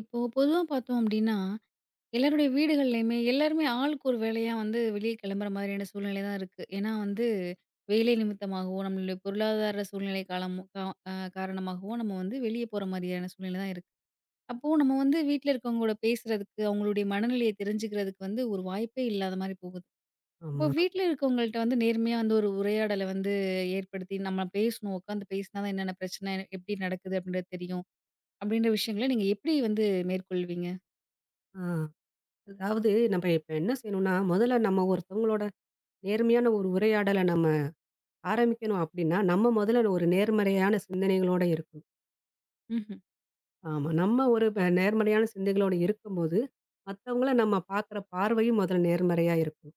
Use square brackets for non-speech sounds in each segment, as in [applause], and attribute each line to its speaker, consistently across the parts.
Speaker 1: இப்போ பொதுவா பார்த்தோம் அப்டின்னா, எல்லாருடைய வீடுகள்லயுமே எல்லாருமே ஆளுக்கு ஒரு வேலையா வந்து வெளிய கிளம்புற மாதிரியான சூழ்நிலை தான் இருக்கு. ஏன்னா வந்து வேலை நிமித்தமாகவோ, நம்மளுடைய பொருளாதார சூழ்நிலை காலமோ கா அ காரணமாகவோ நம்ம வந்து வெளிய போற மாதிரியான சூழ்நிலை தான் இருக்கு. அப்போ நம்ம வந்து வீட்ல இருக்கவங்களோட பேசுறதுக்கு, அவங்களுடைய மனநிலைய தெரிஞ்சுக்கிறதுக்கு வந்து ஒரு வாய்ப்பே இல்லாத மாரி போகுது. அப்போ
Speaker 2: ஆமா.
Speaker 1: வீட்ல இருக்கவங்கள்ட்ட வந்து நேர்மையா வந்து ஒரு உரையாடல வந்து ஏற்படுத்தி நம்ம பேசணும். உட்காந்து பேசினா தான் என்னென்ன பிரச்சனை, எப்டி நடக்குது அப்டின்றது தெரியும். அப்டின்ற விஷயங்கள நீங்க எப்டி வந்து மேற்கொள்வீங்க?
Speaker 2: ஆ. அதாவது நம்ம இப்ப என்ன செய்யணும்னா, முதல்ல நம்ம ஒருத்தவங்களோட நேர்மையான ஒரு உரையாடல நம்ம ஆரம்பிக்கணும் அப்படின்னா, நம்ம முதல்ல ஒரு நேர்மறையான சிந்தனைகளோட இருக்கணும்.
Speaker 1: ம்ஹ்ம்.
Speaker 2: ஆமா. நம்ம ஒரு நேர்மறையான சிந்தனைகளோட இருக்கும்போது, மத்தவங்கள நம்ம பார்க்குற பார்வையும் முதல்ல நேர்மறையா இருக்கும்.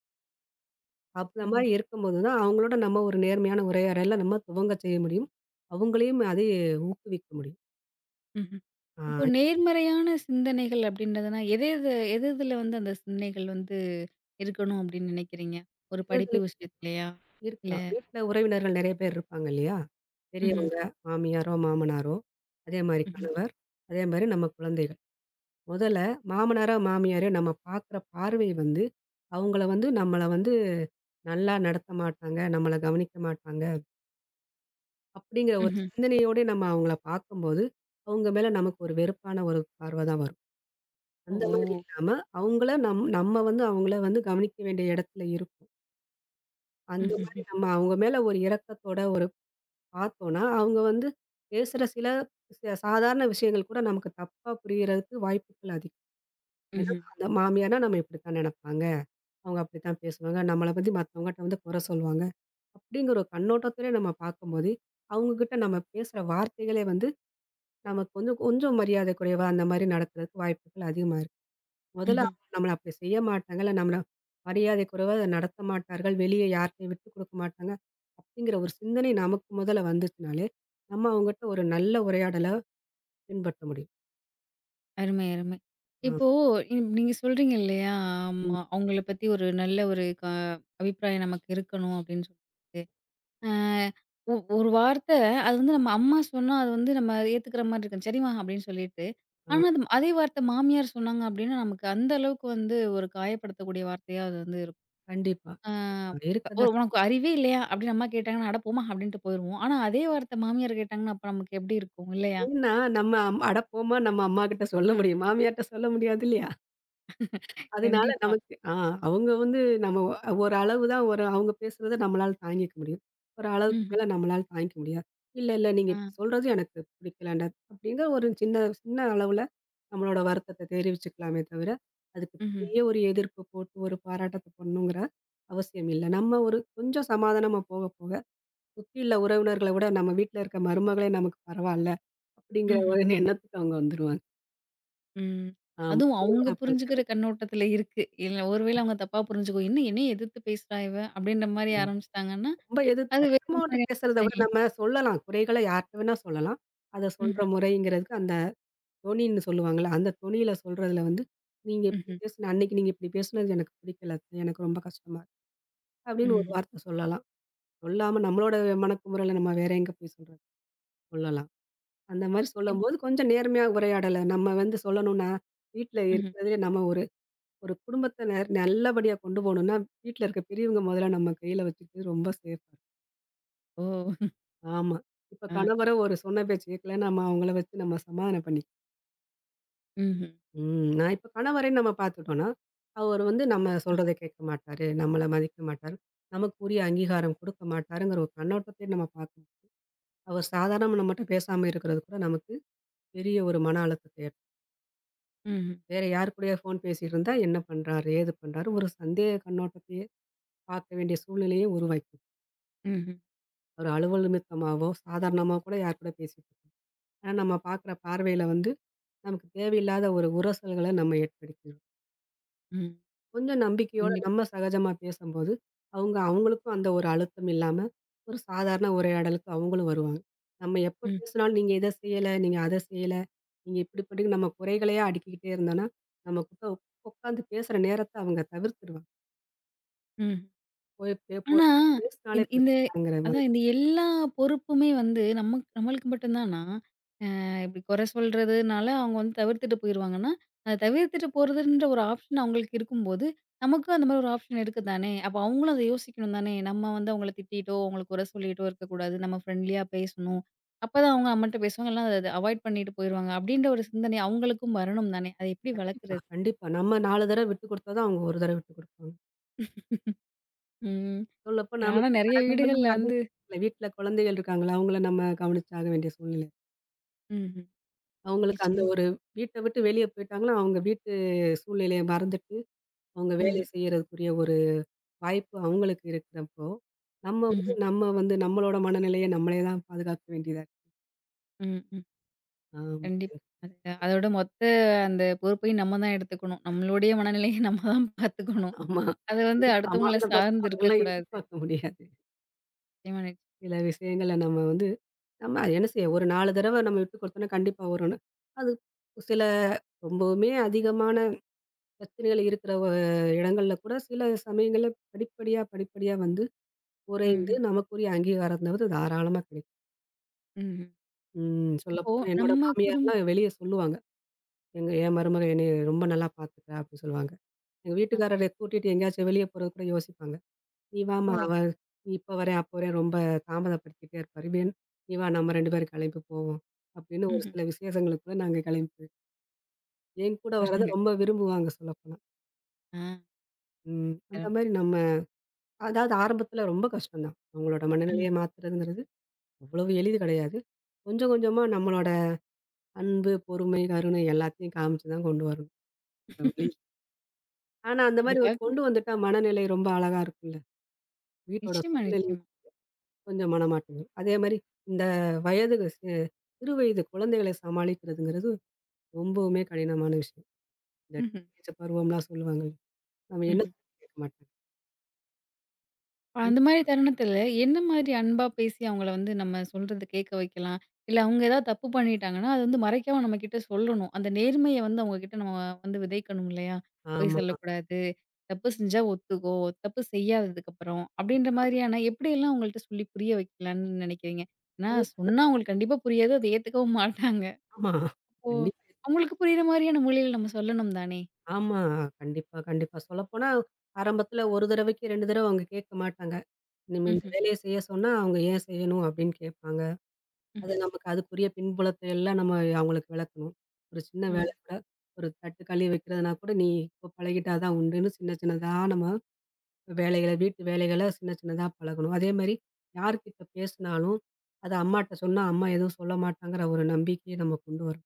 Speaker 2: அந்த
Speaker 1: ஓ!
Speaker 2: மாரி இருக்கும்போது தான், அவங்களோட நம்ம ஒரு நேர்மையான உரையாடல நம்ம துவங்க செய்ய முடியும். அவங்களையும் அதே ஊக்குவிக்க முடியும்.
Speaker 1: ம்ஹ்ம்.
Speaker 2: ஆ
Speaker 1: இப்போ நேர்மறையான சிந்தனைகள் அப்படின்றதுனா, எது எது எது எதுல வந்து அந்த சிந்தனைகள் வந்து இருக்கணும் அப்படின்னு நினைக்கிறீங்க? ஒரு படிப்பு விஷயத்துலயா? இல்ல.
Speaker 2: இருக்கலாம். வீட்ல உறவினர்கள் நெறைய பேர் இருப்பாங்க இல்லையா?
Speaker 1: ம்ஹ்ம்,
Speaker 2: பெரியவங்க, மாமியாரோ, மாமனாரோ, அதே மாரி
Speaker 1: ம்ஹ்ம்,
Speaker 2: கணவர், அதே மாரி நம்ம குழந்தைகள். முதல்ல மாமனாரோ, மாமியாரையோ நம்ம பார்க்குற பார்வை வந்து, அவங்கள வந்து நம்மள வந்து நல்லா நடத்த மாட்டாங்க, நம்மள கவனிக்க மாட்டாங்க, அப்படிங்கிற ஒரு
Speaker 1: ம்ஹ்ம்.
Speaker 2: சிந்தனையோட நம்ம அவங்கள பார்க்கும்போது, அவங்க மேல நமக்கு ஒரு வெறுப்பான ஒரு பார்வை தான் வரும். அந்த மாரி
Speaker 1: ஓ!
Speaker 2: இல்லாம, அவங்கள நம்ம வந்து அவங்கள வந்து கவனிக்க வேண்டிய இடத்துல இருக்கோம். அந்த
Speaker 1: ம்ஹ்ஹ்ம்,
Speaker 2: மாரி நம்ம அவங்க மேல ஒரு இரக்கத்தோட ஒரு பார்த்தோன்னா, அவங்க வந்து பேசுற சில சாதாரண விஷயங்கள் கூட நமக்கு தப்பா புரியிறதுக்கு வாய்ப்புகள் அதிகம். ஏன்னா,
Speaker 1: ம்ஹ்ம்.
Speaker 2: அந்த மாமியார்னா நம்ம இப்படித்தான் நெனப்பாங்க. அவங்க அப்படித்தான் பேசுவாங்க. நம்மள பத்தி மத்தவங்கட்ட வந்து குறை சொல்லுவாங்க. அப்படிங்கிற ஒரு கண்ணோட்டத்திலே நம்ம பார்க்கும்போது, அவங்க கிட்ட நம்ம பேசுற வார்த்தைகளே வந்து நமக்கு வந்து கொஞ்சம் மரியாதை குறைவா அந்த மாரி நடக்கிறதுக்கு வாய்ப்புகள் அதிகமா முதல்ல
Speaker 1: ம்ஹ்ம்.
Speaker 2: அவங்க நம்மள அப்படி செய்ய மாட்டாங்க. இல்ல நம்மள மரியாதை குறைவா அதை நடத்த மாட்டார்கள். வெளிய யார்ட்டயும் விட்டுக் குடுக்க மாட்டாங்க. அப்படிங்கிற ஒரு சிந்தனை நமக்கு முதல்ல வந்துச்சுனாலே, நம்ம அவங்கட்ட ஒரு நல்ல உரையாடல பின்பற்ற முடியும்.
Speaker 1: அருமை, அருமை.
Speaker 2: ஆ,
Speaker 1: இப்போ நீங்க சொல்றீங்க இல்லையா?
Speaker 2: ம்.
Speaker 1: ஆமா. அவங்கள பத்தி ஒரு நல்ல ஒரு அபிப்பிராயம் நமக்கு இருக்கணும் அப்படின்னு சொல்லிட்டு. அ ஒ ஒரு வார்த்த. அது வந்து நம்ம அம்மா சொன்னா, அது வந்து நம்ம ஏத்துக்கிற மாரி இருக்கும். "சரிம்மா" அப்படின்னு சொல்லிட்டு.
Speaker 2: ஆ,
Speaker 1: ஆனா, அது அதே வார்த்த மாமியார் சொன்னாங்க அப்படின்னா, நமக்கு அந்த அளவுக்கு வந்து ஒரு காயப்படுத்தக்கூடிய வார்த்தையா அது வந்து இருக்கும்.
Speaker 2: கண்டிப்பா.
Speaker 1: ஆ. "ஒ
Speaker 2: இருக்கதான்
Speaker 1: உனக்கு
Speaker 2: செய்யும்.
Speaker 1: அறிவே இல்லையா?" அப்படின்னு அம்மா கேட்டாங்கன்னா, "அட போம்மா" அப்படின்ட்டு போயிருவோம். ஆனா, அதே வார்த்த மாமியார் கேட்டாங்கன்னா, அப்ப நமக்கு எப்படி இருக்கும் இல்லையா?
Speaker 2: ஏன்னா நம்ம அட போம்மா நம்ம அம்மாகிட்ட சொல்ல முடியும். மாமியார்ட்ட சொல்ல முடியாது இல்லையா? அதனால
Speaker 1: கண்டிப்பா.
Speaker 2: நமக்கு அவங்க வந்து நம்ம ஒரு அளவு தான் ஒரு அவங்க பேசுறத நம்மளால தாங்கிக்க முடியும். ஒரு அளவுக்கு
Speaker 1: ம்ஹ்ம்.
Speaker 2: மேல நம்மளால தாங்கிக்க முடியாது. "இல்ல, இல்ல நீங்க
Speaker 1: ஆ.
Speaker 2: இப்படி சொல்றது எனக்கு பிடிக்கலன்டா" அப்படிங்கிற ஒரு சின்ன சின்ன அளவுல நம்மளோட வருத்தத்த தெரிவிச்சுக்கலாமே தவிர, அதுக்கு
Speaker 1: ம்ஹ்ம்.
Speaker 2: பெரிய ஒரு எதிர்ப்பு போட்டு ஒரு பாராட்டத்த பண்ணணுங்கிற அவசியம் இல்ல. நம்ம ஒரு கொஞ்சம் சமாதானமா போக போக, சுற்றியுள்ள உறவினர்கள விட நம்ம வீட்ல இருக்க மருமகளே நமக்கு பரவால்ல, அப்படிங்கிற
Speaker 1: ம்ஹ்ம்.
Speaker 2: ஒரு எண்ணத்துக்கு அவங்க வந்துருவாங்க.
Speaker 1: ம்.
Speaker 2: ஆமா.
Speaker 1: அதுவும் அவங்க
Speaker 2: அவங்களோட
Speaker 1: புரிஞ்சுக்கிற
Speaker 2: பழக்கறது.
Speaker 1: கண்ணோட்டத்துல இருக்கு. இல்ல ஒருவேளை அவங்க தப்பா புரிஞ்சுக்குவோ, "என்ன என்னைய எதிர்த்து பேசுறா இவ?" அப்படின்ற மாரி ஆரம்பிச்சுட்டாங்கன்னா
Speaker 2: ரொம்ப எது
Speaker 1: அது வேற
Speaker 2: சத்தமாட்டு
Speaker 1: மாரியான
Speaker 2: பேசுறத விட
Speaker 1: பிரச்சனைங்க.
Speaker 2: நம்ம சொல்லலாம். குறைகள யார்ட்ட வேணா சொல்லலாம். அத
Speaker 1: ம்ஹ்ம்,
Speaker 2: சொல்ற முறைங்கிறதுக்கு அந்த தொனின்னு சொல்லுவாங்கல்ல, அந்த தொனியில சொல்றதுல வந்து, "நீங்க இப்படி
Speaker 1: ம்ஹ்ம்,
Speaker 2: பேசுன அன்னைக்கு நீங்க இப்படி பேசுனது எனக்கு பிடிக்கல. எனக்கு ரொம்ப கஷ்டமா இருக்கு." அப்படின்னு ஒரு
Speaker 1: ம்ஹ்ம்,
Speaker 2: வார்த்த சொல்லலாம். சொல்லாம நம்மளோட மனக்குமுறல நம்ம வேற எங்க போய் சொல்றது? சொல்லலாம். அந்த மாரி
Speaker 1: இப்
Speaker 2: சொல்லும்போது கொஞ்சம் நேர்மையா உரையாடல நம்ம வந்து சொல்லணும்னா, வீட்ல
Speaker 1: ம்ஹ்ம்.
Speaker 2: இருக்கிறதுலே நம்ம ஒரு ஒரு குடும்பத்த நல்லபடியா கொண்டு போணும்னா, வீட்ல இருக்க பெரியவங்க முதல்ல நம்ம கையில வச்சுக்கிறது ரொம்ப சேஃப்.
Speaker 1: ஓ!
Speaker 2: ஆமா. இப்ப
Speaker 1: ஆ,
Speaker 2: கணவரும் ஒரு சொன்ன பேச்சு கேட்கல, நம்ம அவங்கள வச்சு நம்ம சமாதானம் பண்ணி
Speaker 1: ம்ஹ்ம்,
Speaker 2: ம். நான் இப்ப கணவரையும் நம்ம பார்த்துட்டோம்னா, அவர் வந்து நம்ம சொல்றத கேட்க மாட்டாரு, நம்மள மதிக்க மாட்டாரு, நமக்கு உரிய அங்கீகாரம் கொடுக்க மாட்டாருங்கிற ஒரு கண்ணோட்டத்தையும் நம்ம பார்க்கணும். அவர் சாதாரணமா நம்மட்ட பேசாம இருக்கிறது கூட நமக்கு பெரிய ஒரு மன அழுத்தத்தை ஏற்படுத்தும்.
Speaker 1: ம்ஹ்ம்,
Speaker 2: வேற யார் கூடயோ ஃபோன் பேசிட்டு இருந்தா என்ன பண்றாரு? ஏது பண்றாரு? ஒரு சந்தேக கண்ணோட்டத்தையே பார்க்க வேண்டிய சூழ்நிலையை உருவாக்கிடும்.
Speaker 1: ம்ஹ்ம்,
Speaker 2: ஒரு அலுவல் நிமித்தமாவோ, சாதாரணமா கூட யார் கூட பேசிட்டு ஆனா, நம்ம பார்க்குற பார்வையில வந்து, நமக்கு தேவையில்லாத ஒரு உரசல்கள நம்ம ஏற்படுத்திரும்.
Speaker 1: ம்,
Speaker 2: கொஞ்சம் நம்பிக்கையோட
Speaker 1: கண்டிப்
Speaker 2: நம்ம சகஜமா பேசம்போது, அவங்க அவங்களுக்கும் அந்த ஒரு அழுத்தம் இல்லாம, ஒரு சாதாரண உரையாடலுக்கு அவங்களும் வருவாங்க. நம்ம எப்ப
Speaker 1: ம்,
Speaker 2: பேசினாலும், "நீங்க இத செய்யல, நீங்க அத செய்யல, நீங்க இப்படி பண்ணீங்க" நம்ம குறைகளையே அடுக்கிக்கிட்டே இருந்தோம்னா, நமக்கிட்ட உட்காந்து பேசுற நேரத்த அவங்க தவிர்த்துருவாங்க.
Speaker 1: ம்.
Speaker 2: போய் பே போ
Speaker 1: ஆனா,
Speaker 2: பேசினாலே
Speaker 1: இந் இந்த
Speaker 2: பிரச்சனங்கிற மாரி.
Speaker 1: அதான் இந்த எல்லா பொறுப்புமே வந்து நம்மளுக்கு மட்டும் தானா? இப்படி குறை சொல்றதுனால அவங்க வந்து தவிர்த்துட்டு போயிருவாங்கன்னா, அத தவிர்த்துட்டு போறதுன்ற ஒரு ஆப்ஷன் அவங்களுக்கு இருக்கும்போது, நமக்கும் அந்த மாதிரி ஒரு ஆப்ஷன் இருக்கு தானே! அப்ப அவங்களும் அத யோசிக்கணும் தானே! நம்ம வந்து அவங்கள திட்டிட்டோ, அவங்கள குறை சொல்லிட்டோ இருக்கக்கூடாது. நம்ம ஃப்ரெண்ட்லியா பேசணும். அப்பதான் அவங்க நம்மட்ட பேசுவாங்க. இல்லனா அத அவாய்ட் பண்ணிட்டு போயிருவாங்க. அப்படின்ற ஒரு சிந்தனை அவங்களுக்கும் வரணும் தானே! அத எப்படி
Speaker 2: கண்டிப்பா,
Speaker 1: வளர்க்குறது?
Speaker 2: கண்டிப்பா. நம்ம 4 தடவ விட்டு குடுத்தா தான், அவங்க 1 தடவ விட்டு குடுப்பாங்க.
Speaker 1: ம்.
Speaker 2: சொல்லப்போனா
Speaker 1: ஆனா
Speaker 2: நமக்கு
Speaker 1: நெறைய
Speaker 2: கடமைகளும்
Speaker 1: வீடுகள்ல
Speaker 2: அதிகம்
Speaker 1: வந்து
Speaker 2: இருக்குல்ல. வீட்ல குழந்தைகள் இருக்காங்களா, அவங்கள நம்ம கவனிச்சாக வேண்டிய சூழ்நிலை.
Speaker 1: ம்ஹ்ம்.
Speaker 2: அவங்களுக்கு அந்த
Speaker 1: நிச்சயமா.
Speaker 2: ஒரு வீட்ட விட்டு வெளிய போயிட்டாங்கன்னா, அவங்க வீட்டு சூழ்நிலைய மறந்துட்டு, அவங்க
Speaker 1: ம்ஹ்ம்.
Speaker 2: வேலை செய்யறதுக்குரிய ஒரு வாய்ப்பு அவங்களுக்கு இருக்கிறப்போ, நம்ம வந்து
Speaker 1: ம்ஹ்ம்.
Speaker 2: நம்ம வந்து நம்மளோட மனநிலைய நம்மளே தான் பாதுகாக்க வேண்டியதா இருக்கு.
Speaker 1: ம், ம்.
Speaker 2: ஆமா,
Speaker 1: கண்டிப்பா. அது அதோட மொத்த அந்த பொறுப்பையும் நம்ம தான் எடுத்துக்கணும். நம்மளுடைய மனநிலைய நம்ம தான் பார்த்துக்கணும்.
Speaker 2: ஆமா.
Speaker 1: அது வந்து
Speaker 2: அதுவும்
Speaker 1: அடுத்தவங்கள
Speaker 2: சமாதானப்படுத்த
Speaker 1: சார்ந்து
Speaker 2: அவங்கலாம்
Speaker 1: இருக்கக்கூடாது.
Speaker 2: எதிர்பார்க்க முடியாது.
Speaker 1: நிச்சயமா,
Speaker 2: சில விஷயங்கள நம்ம வந்து நம்ம அது என்ன செய்ய ஒரு 4 தடவ நம்ம விட்டு குடுத்தோம்னா, கண்டிப்பா வரும்னு. அது சில ரொம்பவுமே அதிகமான பிரச்சனைகள் இருக்கிற இடங்கள்ல கூட சில சமயங்கள்ல படிப்படியா, படிப்படியா வந்து குறைந்து
Speaker 1: ம்ஹ்ம்,
Speaker 2: நமக்குரிய அங்கீகாரம்ங்கிறது தாராளமா கிடைக்கும்.
Speaker 1: ம்ஹ்ம். இப்போ
Speaker 2: சொல்லப்போனா என்னோட
Speaker 1: நம்ம குடும்
Speaker 2: மாமியார்லாம் வெளிய சொல்லுவாங்க. எங்க என் மருமக என்னைய ரொம்ப நல்லா பார்த்துக்கிறா அப்படின்னு சொல்லுவாங்க. எங்க
Speaker 1: அ
Speaker 2: வீட்டுக்காரர கூட்டிட்டு எங்கேயாச்சும் வெளிய போறதுக்கு கூட யோசிப்பாங்க. "நீ வாம்மா
Speaker 1: ஓ!
Speaker 2: நீ இப்ப வரேன், அப்ப வரேன் ரொம்ப தாமதப்படுத்திட்டே இருப்பாரு. நீ வா நம்ம 2 பேரும் கிளம்பி போவோம்." அப்படின்னு ஒரு
Speaker 1: ம்ஹ்ம்.
Speaker 2: சில விசேஷங்களுக்கு கூட நாங்க கிளம்பி போய் என் கூட வரத
Speaker 1: பாருங்க.
Speaker 2: ரொம்ப விரும்புவாங்க சொல்லப்போனா.
Speaker 1: ஆ.
Speaker 2: அந்த
Speaker 1: அரும்
Speaker 2: மாரி நம்ம அதாவது ஆரம்பத்தில ரொம்ப கஷ்டம் தான். அவங்களோட மனநிலைய
Speaker 1: ம்.
Speaker 2: மாத்துறதுங்கிறது அவ்வளவு எளிது கிடையாது. கொஞ்சம் கொஞ்சமா நம்மளோட அன்பு, பொறுமை, கருணை எல்லாத்தையும் காமிச்சு தான் கொண்டு வரணும். ஒருவழி. ஆனா அந்த மாரி ஒரு
Speaker 1: இதுக்காக
Speaker 2: கொண்டு வந்துட்டா மனநிலை ரொம்ப அழகா இருக்கும்ல. வீட்டோட
Speaker 1: நிச்சயமா,
Speaker 2: சூழ்நிலை
Speaker 1: நிச்சயமா.
Speaker 2: கொஞ்சம் மாட்டேங்குது. அதே மாரி இந்த வயது ச சிறுவயது குழந்தைகளை சமாளிக்கிறதுங்கிறது ரொம்பவுமே கடினமான விஷயம். இந்த
Speaker 1: ம்ஹ்ம்,
Speaker 2: டீனேஜ் பருவம்லாம் சொல்லுவாங்கல்ல. நம்ம என்ன
Speaker 1: ம்ஹ்ம்.
Speaker 2: சொன்னாலும் கேட்க மாட்டாங்க.
Speaker 1: அந்த
Speaker 2: அந்த-
Speaker 1: மாரி தருணத்துல, என்ன மாரி அன்பா பேசி அவங்கள வந்து நம்ம சொல்றத கேட்க வைக்கலாம்? இல்ல அவங்க ஏதாவது தப்பு பண்ணிட்டாங்கன்னா, அது வந்து மறைக்காம நம்ம கிட்ட சொல்லணும். அந்த நேர்மைய வந்து அவங்க கிட்ட நம்ம வந்து விதைக்கணும் இல்லையா? பொய்
Speaker 2: ஆமா.
Speaker 1: சொல்லக்கூடாது. தப்பு செஞ்சா ஒத்துக்கோ. தப்பு செய்யாததுக்கப்புறம். அப்படின்ற மாரியான எப்படியெல்லாம் அவங்கள்ட்ட சொல்லி புரிய வைக்கலான்னு நினைக்கிறீங்க? ஏன்னா
Speaker 2: அது
Speaker 1: சொன்னா அவங்களுக்கு கண்டிப்பா புரியாது. அத ஏத்துக்கவும் [laughs] மாட்டாங்க.
Speaker 2: ஆமா.
Speaker 1: ஓ!
Speaker 2: கண்டிப்பா.
Speaker 1: அவங்களுக்கு புரியிற மாரியான மொழியில நம்ம சொல்லணும் தானே?
Speaker 2: ஆமா. கண்டிப்பா, கண்டிப்பா. சொல்லப்போனா ஆரம்பத்துல ஒரு தடவைக்கு 2 தடவ அவங்க கேட்க மாட்டாங்க. "நம்ம இந்த
Speaker 1: ம்ஹ்ம்.
Speaker 2: வேலைய செய்ய சொன்னா, அவங்க ஏன் செய்யணும்?" அப்படின்னு கேட்பாங்க.
Speaker 1: ம்ஹ்ம்.
Speaker 2: அது நமக்கு அதுக்குரிய பின்புலத்தை எல்லாம் நம்ம அவங்களுக்கு விளக்கணும். ஒரு சின்ன
Speaker 1: ம்.
Speaker 2: வேலை கூட, ஒரு தட்டு கழுவி வைக்கிறதுனா கூட, "நீ இப்போ பழகிட்டா தான் உண்டுன்னு" சின்ன சின்னதா நம்ம வேலைகள வீட்டு வேலைகள சின்ன சின்னதா பழகணும். அதேமாரி யார்கிட்ட பேசினாலும், அது அம்மாட்ட சொன்னா, அம்மா எதுவும் சொல்ல மாட்டாங்கிற ஒரு நம்பிக்கைய நம்ம கொண்டு வரணும்.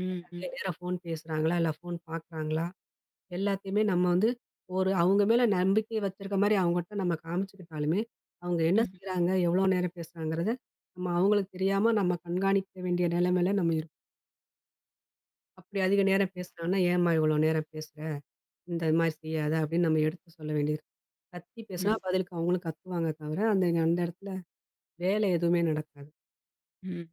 Speaker 1: ம். ம்.
Speaker 2: நிறைய நேரம் ஃபோன் பேசுறாங்களா? இல்ல ஃபோன் பார்க்குறாங்களா? எல்லாத்தையுமே நம்ம வந்து ஒரு அவங்க மேல நம்பிக்கை வச்சிருக்க மாரி அவங்கட்ட நம்ம காமிச்சுக்கிட்டாலுமே, அவங்க என்ன
Speaker 1: ம்ஹ்ம்.
Speaker 2: செய்றாங்க? எவ்வளோ நேரம் பேசுறாங்கிறத, நம்ம அவங்களுக்கு தெரியாம நம்ம கண்காணிக்க வேண்டிய நிலைமையில நம்ம இருக்கோம். அப்படி அதிக நேரம் பேசுனான்னா, "ஏம்மா இவ்வளோ நேரம் பேசுற? இந்த மாரி செய்யாத" அப்படின்னு நம்ம எடுத்து சொல்ல வேண்டியது. கத்தி பேசுனா
Speaker 1: ம்.
Speaker 2: பதிலுக்கு அவங்களும் கத்துவாங்க தவிர, அந்த அந்த இடத்துல வேலை எதுவுமே நடக்காது.
Speaker 1: ம்.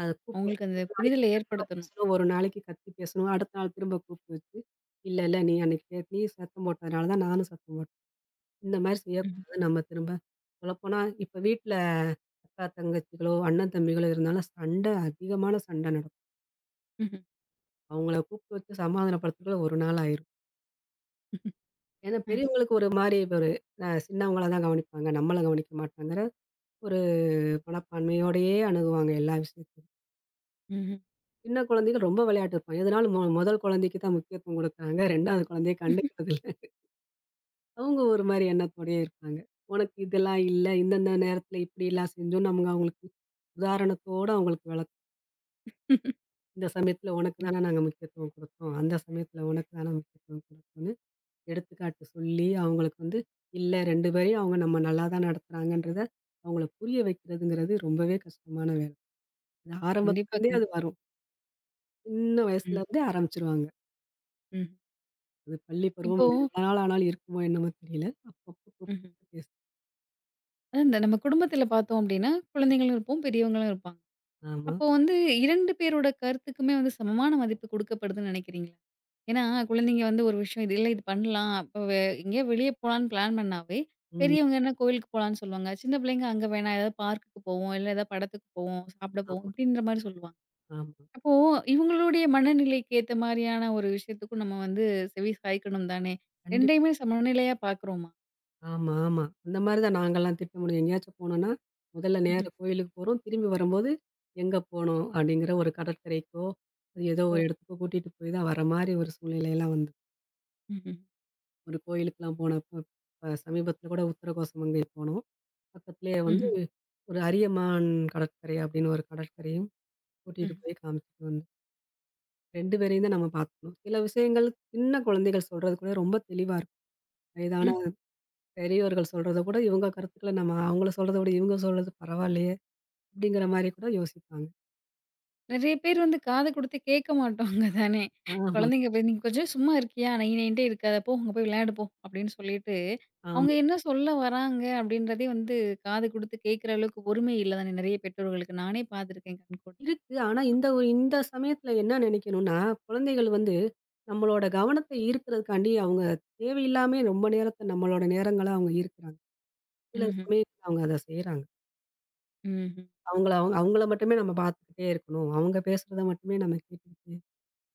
Speaker 2: அத கூப்பிட்டு வச்சு
Speaker 1: அவங்களுக்கு அந்த
Speaker 2: ஒரு நாளைக்கு
Speaker 1: புரிதல
Speaker 2: கடுப்பா
Speaker 1: ஏற்படுத்தணும்.
Speaker 2: பேசணும், ஒரு நாளைக்கு கத்தி பேசணும், அடுத்த நாள் திரும்ப கூப்பிட்டு வச்சு, "இல்ல, இல்ல நீ அன்னைக்கு நீ சத்தம் போட்டதுனால தான் நானும் சத்தம் போட்டேன்." இந்த மாரி
Speaker 1: ம்ஹ்ம்.
Speaker 2: செய்யக்கூடாது நம்ம திரும்ப. சொல்லப்போனா இப்ப வீட்ல அக்கா, தங்கச்சிகளோ, அண்ணன், தம்பிகளோ இருந்தாலும் சண்டை அதிகமான சண்டை நடக்கும்.
Speaker 1: ம்ஹ்ம்.
Speaker 2: அவங்கள கூப்பிட்டு வச்சு சமாதானப்படுத்துறதுக்குள்ள ஒரு நாள் ஆயிரும். ஏன்னா
Speaker 1: அ.
Speaker 2: பெரியவங்களுக்கு ஒரு மாரி ஒரு சின்னவங்கள தான் கவனிப்பாங்க. நம்மள கவனிக்க மாட்டாங்கற ஒரு மனப்பான்மையோடயே அணுகுவாங்க எல்லா விஷயத்தையும்.
Speaker 1: ம்ஹ்ம்.
Speaker 2: சின்ன குழந்தைகள் ரொம்ப விளையாட்டு இருப்பாங்க. எதுனாலும் முதல் குழந்தைக்கு தான் முக்கியத்துவம் குடுக்குறாங்க. 2வது குழந்தைய கண்டுக்கிறது இல்ல. அவங்க ஒரு மாரி எண்ணத்தோடயே இருப்பாங்க. உனக்கு இதெல்லாம் இல்ல. இந்தந்த நேரத்தில இப்படிலாம் செஞ்சோம். நம்ம அவங்களுக்கு உதாரணத்தோட அவங்களுக்கு இந்த சமயத்தில உனக்கு தானே நாங்க முக்கியத்துவம் குடுத்தோம். அந்த சமயத்தில உனக்கு தானே முக்கியத்துவம் குடுத்தோம்ன்னு எடுத்துக்காட்டு சொல்லி, அவங்களுக்கு வந்து இல்ல 2 பேரையும் அவங்க நம்ம நல்லா தான் நடத்துறாங்கன்றத அவங்கள புரிய வைக்கிறதுங்கிறது ரொம்பவே கஷ்டமான வேலை. அது
Speaker 1: கண்டிப்பா,
Speaker 2: ஆரம்பத்துலருந்தே அது
Speaker 1: கண்டிப்பா.
Speaker 2: வரும். சின்ன
Speaker 1: ம்.
Speaker 2: வயசுலருந்தே ஆரம்பிச்சுருவாங்க.
Speaker 1: ம்.
Speaker 2: அது பள்ளி பருவம்
Speaker 1: இப்போ
Speaker 2: எவ்வளோ நாள் ஆனாலும் இருக்குமோ என்னமோ தெரியல. அப்பப்போ
Speaker 1: ம்ஹ்ம்.
Speaker 2: கூப்பிட்டு
Speaker 1: அதான் இந்த நம்ம குடும்பத்தில பார்த்தோம் அப்டின்னா, குழந்தைங்களும் இருப்போம், பெரியவங்களும் இருப்பாங்க.
Speaker 2: ஆமா.
Speaker 1: அப்போ வந்து 2 பேரோட கருத்துக்குமே வந்து சமமான மதிப்பு குடுக்கப்படுதுன்னு நினைக்கிறீங்களா? ஏன்னா, குழந்தைங்க வந்து ஒரு விஷயம் இது இல்ல இது பண்ணலாம். அப்ப எங்கேயோ வெளிய போலான்னு பிளான் பண்ணாவே,
Speaker 2: ம்.
Speaker 1: பெரியவங்க என்ன கோவிலுக்கு போலான்னு சொல்லுவாங்க. சின்ன பிள்ளைங்க அங்க வேணாம் ஏதாவது பார்க்குக்கு போவோம், இல்ல ஏதாவது படத்துக்கு போவோம், சாப்பிட போவோம்
Speaker 2: ஆமா,
Speaker 1: இப்டின்ற மாரி சொல்லுவாங்க.
Speaker 2: ஆமா.
Speaker 1: அப்போ இவங்களுடைய மனநிலைக்கு ஏத்த மாரியான ஒரு விஷயத்துக்கும் நம்ம வந்து செவி சாய்க்கணும் தானே!
Speaker 2: கண்டிப்பா.
Speaker 1: 2யுமே சமநிலையா பார்க்குறோமா?
Speaker 2: ஆமா, ஆமா. அந்த மாரி தான் நாங்கலாம் திட்டமிடுவோம். எங்கேயாச்சும் போனோம்னா, முதல்ல
Speaker 1: ம்ஹ்ம்.
Speaker 2: நேரா கோயிலுக்கு போறோம். திரும்பி வரும்போது, எங்க போனோம் அப்படிங்கிற ஒரு கடற்கரைக்கோ, அது ஏதோ
Speaker 1: ஓ!
Speaker 2: ஒரு இடத்துக்கோ கூட்டிட்டு போய் தான் வர மாரி ஒரு சூழ்நிலைலாம் வந்து
Speaker 1: ம்ஹ்ம்.
Speaker 2: ஒரு கோயிலுக்குலாம் போனப்ப, சமீபத்தில கூட உத்தரகோசமங்கை போனோம். பக்கத்திலேயே வந்து
Speaker 1: ம்ஹ்ம்.
Speaker 2: ஒரு அரியமான் கடற்கரை அப்படின்னு ஒரு கடற்கரையும் கூட்டிட்டு
Speaker 1: ம்.
Speaker 2: போய் காமிச்சுட்டு வந்தோம். 2 பேரையும் தான் நம்ம பார்த்துக்கணும். சில விஷயங்கள் சின்ன குழந்தைகள் சொல்றது கூட ரொம்ப தெளிவா இருக்கும். வயதான
Speaker 1: ம்.
Speaker 2: பெரியவர்கள் சொல்றத கூட இவங்க கருத்துக்கள நம்ம அவங்கள சொல்றத விட இவங்க சொல்றது பரவாயில்லையே! அப்படிங்கிற மாரி கூட யோசிப்பாங்க.
Speaker 1: நெறைய பேர் வந்து காது குடுத்து கேட்க மாட்டாங்க தானே!
Speaker 2: ஆமா,
Speaker 1: குழந்தைங்க போய் "நீ கொஞ்சம் சும்மா இருக்கியா? நைன்ட்டே இருக்காத போ! அங்க போய் விளையாடு போ!" அப்படின்னு சொல்லிட்டு, அவங்க
Speaker 2: ஆமா.
Speaker 1: என்ன சொல்ல வராங்க அப்படின்றதே வந்து காது குடுத்து கேட்கிற அளவுக்கு பொறுமை இல்ல தானே நெறைய பெற்றோர்களுக்கு. நானே பார்த்துருக்கேன் கண்கூட.
Speaker 2: இருக்கு. ஆனா இந்த ஒரு இந்த சமயத்துல என்ன நினைக்கணும்னா, குழந்தைகள் வந்து நம்மளோட கவனத்த ஈர்க்கிறதுக்காண்டி அவங்க தேவையில்லாமே ரொம்ப நேரத்த நம்மளோட நேரங்கள அவங்க ஈர்க்கிறாங்க. சில
Speaker 1: ம்ஹ்ம்.
Speaker 2: சமயத்துல அவங்க அத செய்றாங்க.
Speaker 1: ம்ஹ்ம்.
Speaker 2: அவங்கள அவங்க அவங்கள மட்டுமே நம்ம பார்த்துக்கிட்டே இருக்கணும். அவங்க பேசுறத மட்டுமே நம்ம கேட்டுக்கிட்டு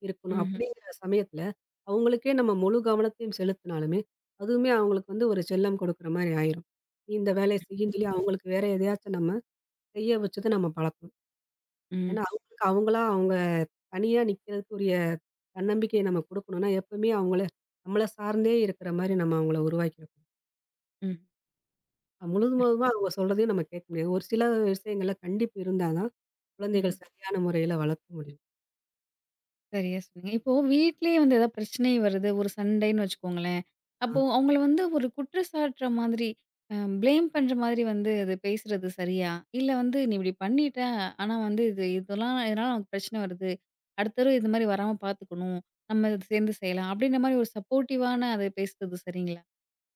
Speaker 2: இருக்கணும்.
Speaker 1: ம்ஹ்ம்.
Speaker 2: அப்படிங்கிற சமயத்துல அவங்களுக்கே நம்ம முழு கவனத்தையும் செலுத்தினாலுமே, அதுவுமே அவங்களுக்கு வந்து ஒரு செல்லம் கொடுக்குற மாரி ஆயிரும். "நீ இந்த வேலைய செய்யின்னு" சொல்லி அவங்களுக்கு வேற எதையாச்சும் நம்ம செய்ய வச்சத நம்ம பழக்கணும். ஏன்னா,
Speaker 1: ம்.
Speaker 2: அவங்களுக்கு அவங்களா அவங்க தனியா நிக்கிறதுக்குரிய தன்னம்பிக்கைய நம்ம குடுக்கணும்னா, எப்பவுமே அவங்கள நம்மள சார்ந்தே இருக்கிற மாரி நம்ம அவங்கள உருவாக்கிடக்கூடாது.
Speaker 1: ம்.
Speaker 2: முழுவதுமா அவங்க சொல்றதையும் நம்ம கேட்க முடியாது. ஒரு சில விஷயங்கள்ல கண்டிப்பு இருந்தா தான்,
Speaker 1: ம்.
Speaker 2: குழந்தைகள் சரியான முறையில வளர்க்க முடியும்.
Speaker 1: சரியா சொன்னீங்க. இப்போ வீட்லயே வந்து ஏதாவது பிரச்சனை வருது, ஒரு சண்டைன்னு வச்சுக்கோங்களேன்.
Speaker 2: ஆ,
Speaker 1: அப்போ அவங்கள வந்து ஒரு குற்றம் சாட்டுற மாதிரி, அ ப்ளேம் பண்ற மாதிரி வந்து அது பேசுறது சரியா? இல்ல வந்து, "நீ இப்படி பண்ணிட்ட, ஆனா வந்து இது இதெல்லாம் இதனால நமக்கு பிரச்சனை வருது. அடுத்த தடவ இது மாதிரி வராம பார்த்துக்கணும். நம்ம இது சேர்ந்து செய்யலாம்." அப்படின்ற மாதிரி ஒரு சப்போர்ட்டிவான அது பேசுறது சரிங்களா?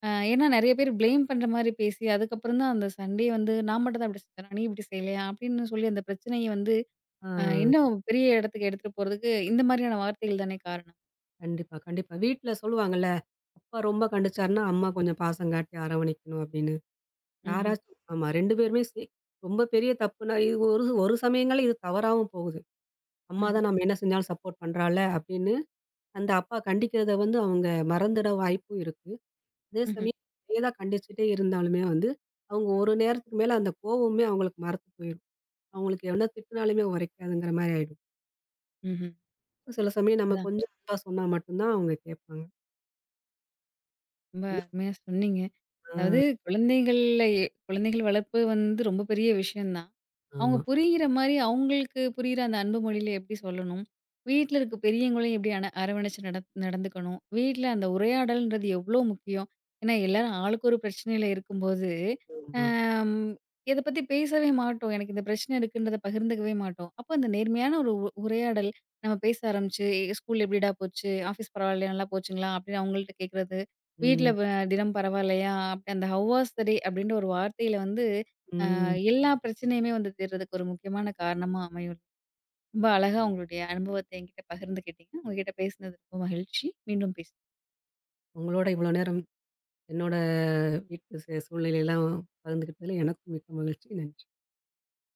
Speaker 1: ஏன்னா நெறைய பேர் ப்ளேம் பண்ற மாதிரி பேசி, அதுக்கப்புறம் தான் அந்த சண்டைய வந்து, "நான் மட்டும் தான் இப்படி செஞ்சேனா? நீ இப்படி செய்யலையா?" அப்படின்னு சொல்லி அந்த பிரச்சனைய வந்து
Speaker 2: ஆ
Speaker 1: இன்னும் பெரிய இடத்துக்கு எடுத்துட்டு போறதுக்கு இந்த மாதிரியான வார்த்தைகள் தானே காரணம்.
Speaker 2: கண்டிப்பா, கண்டிப்பா. வீட்ல சொல்லுவாங்கல்ல, அப்பா ரொம்ப கண்டிச்சாருன்னா, அம்மா கொஞ்சம் பாசம் காட்டி அரவணைக்கணும் அப்படின்னு.
Speaker 1: ம்ஹ்ம்,
Speaker 2: யாராச்சும் ஆமா 2 பேருமே ரொம்ப பெரிய தப்புனா, இது ஒரு ஒரு சமயங்கள்ல இது தவறாவும் போகுது. அம்மா
Speaker 1: ம்ஹ்ம்,
Speaker 2: தான் நம்ம என்ன செஞ்சாலும் சப்போர்ட் பண்றாள அப்படின்னு அந்த அப்பா கண்டிக்கிறத வந்து அவங்க மறந்துட வாய்ப்பும் இருக்கு. அதே
Speaker 1: ம்ஹ்ம்,
Speaker 2: சமயம் அதேதான் கண்டிச்சுட்டே இருந்தாலுமே வந்து, அவங்க ஒரு நேரத்துக்கு மேல அந்த கோவமே அவங்களுக்கு மறத்து போயிரும். அவங்களுக்கு என்ன திட்டுனாலுமே உரைக்காதுங்கிற மாரி ஆயிடும்.
Speaker 1: ம்ஹ்ம்.
Speaker 2: சில சமயம் நம்ம
Speaker 1: அதான்
Speaker 2: கொஞ்சம் அன்பா சொன்னா மட்டும் தான் அவங்க கேட்பாங்க.
Speaker 1: ரொம்ப அருமையா சொன்னீங்க.
Speaker 2: ஆ,
Speaker 1: அதாவது குழந்தைகள் வளர்ப்பு வந்து ரொம்ப பெரிய விஷயம் தான். அவங்க
Speaker 2: ஆமா,
Speaker 1: புரியிற மாரி, அவங்களுக்கு புரியிற அந்த அன்பு மொழியில எப்படி சொல்லணும்? வீட்ல இருக்க பெரியவங்களையும் எப்படி அரவணைச்சு நடந்துக்கணும்? வீட்ல அந்த உரையாடல்ன்றது எவ்ளோ முக்கியம்? ஏன்னா, எல்லாரும் ஆளுக்கு ஒரு பிரச்சனையில இருக்கும்போது,
Speaker 2: ஆமா.
Speaker 1: அம் இத பத்தி பேசவே மாட்டோம். எனக்கு இந்த பிரச்சனை இருக்குன்றத பகிர்ந்துக்கவே மாட்டோம். அப்ப அந்த நேர்மையான ஒரு உரையாடல் நம்ம பேச ஆரம்பிச்சு, "ஸ்கூல் எப்படிடா போச்சு? ஆஃபீஸ் பரவாயில்லையா? நல்லா போச்சுங்களா?" அப்படின்னு அவங்கள்ட்ட கேட்கறது. வீட்ல
Speaker 2: ம்,
Speaker 1: வ "தினம் பரவாயில்லையா?" அப்படி அந்த "ஹவ் வாஸ் த டே?" அப்படின்ற ஒரு வார்த்தையில வந்து
Speaker 2: ம்.
Speaker 1: எல்லா பிரச்சனையுமே வந்து தீர்றதுக்கு ஒரு முக்கியமான காரணமா அமையும். ரொம்ப அழகா உங்களுடைய அனுபவத்த என்கிட்ட பகிர்ந்துக்கிட்டீங்க. உங்ககிட்ட பேசினது ரொம்ப மகிழ்ச்சி. மீண்டும் பேசலாம்.
Speaker 2: உங்களோட இவ்வளோ நேரம் என்னோட வீட்டு சூழ்நிலையெல்லாம் பகிர்ந்துக்கிட்டதுல எனக்கும் மிக்க மகிழ்ச்சி. நன்றி.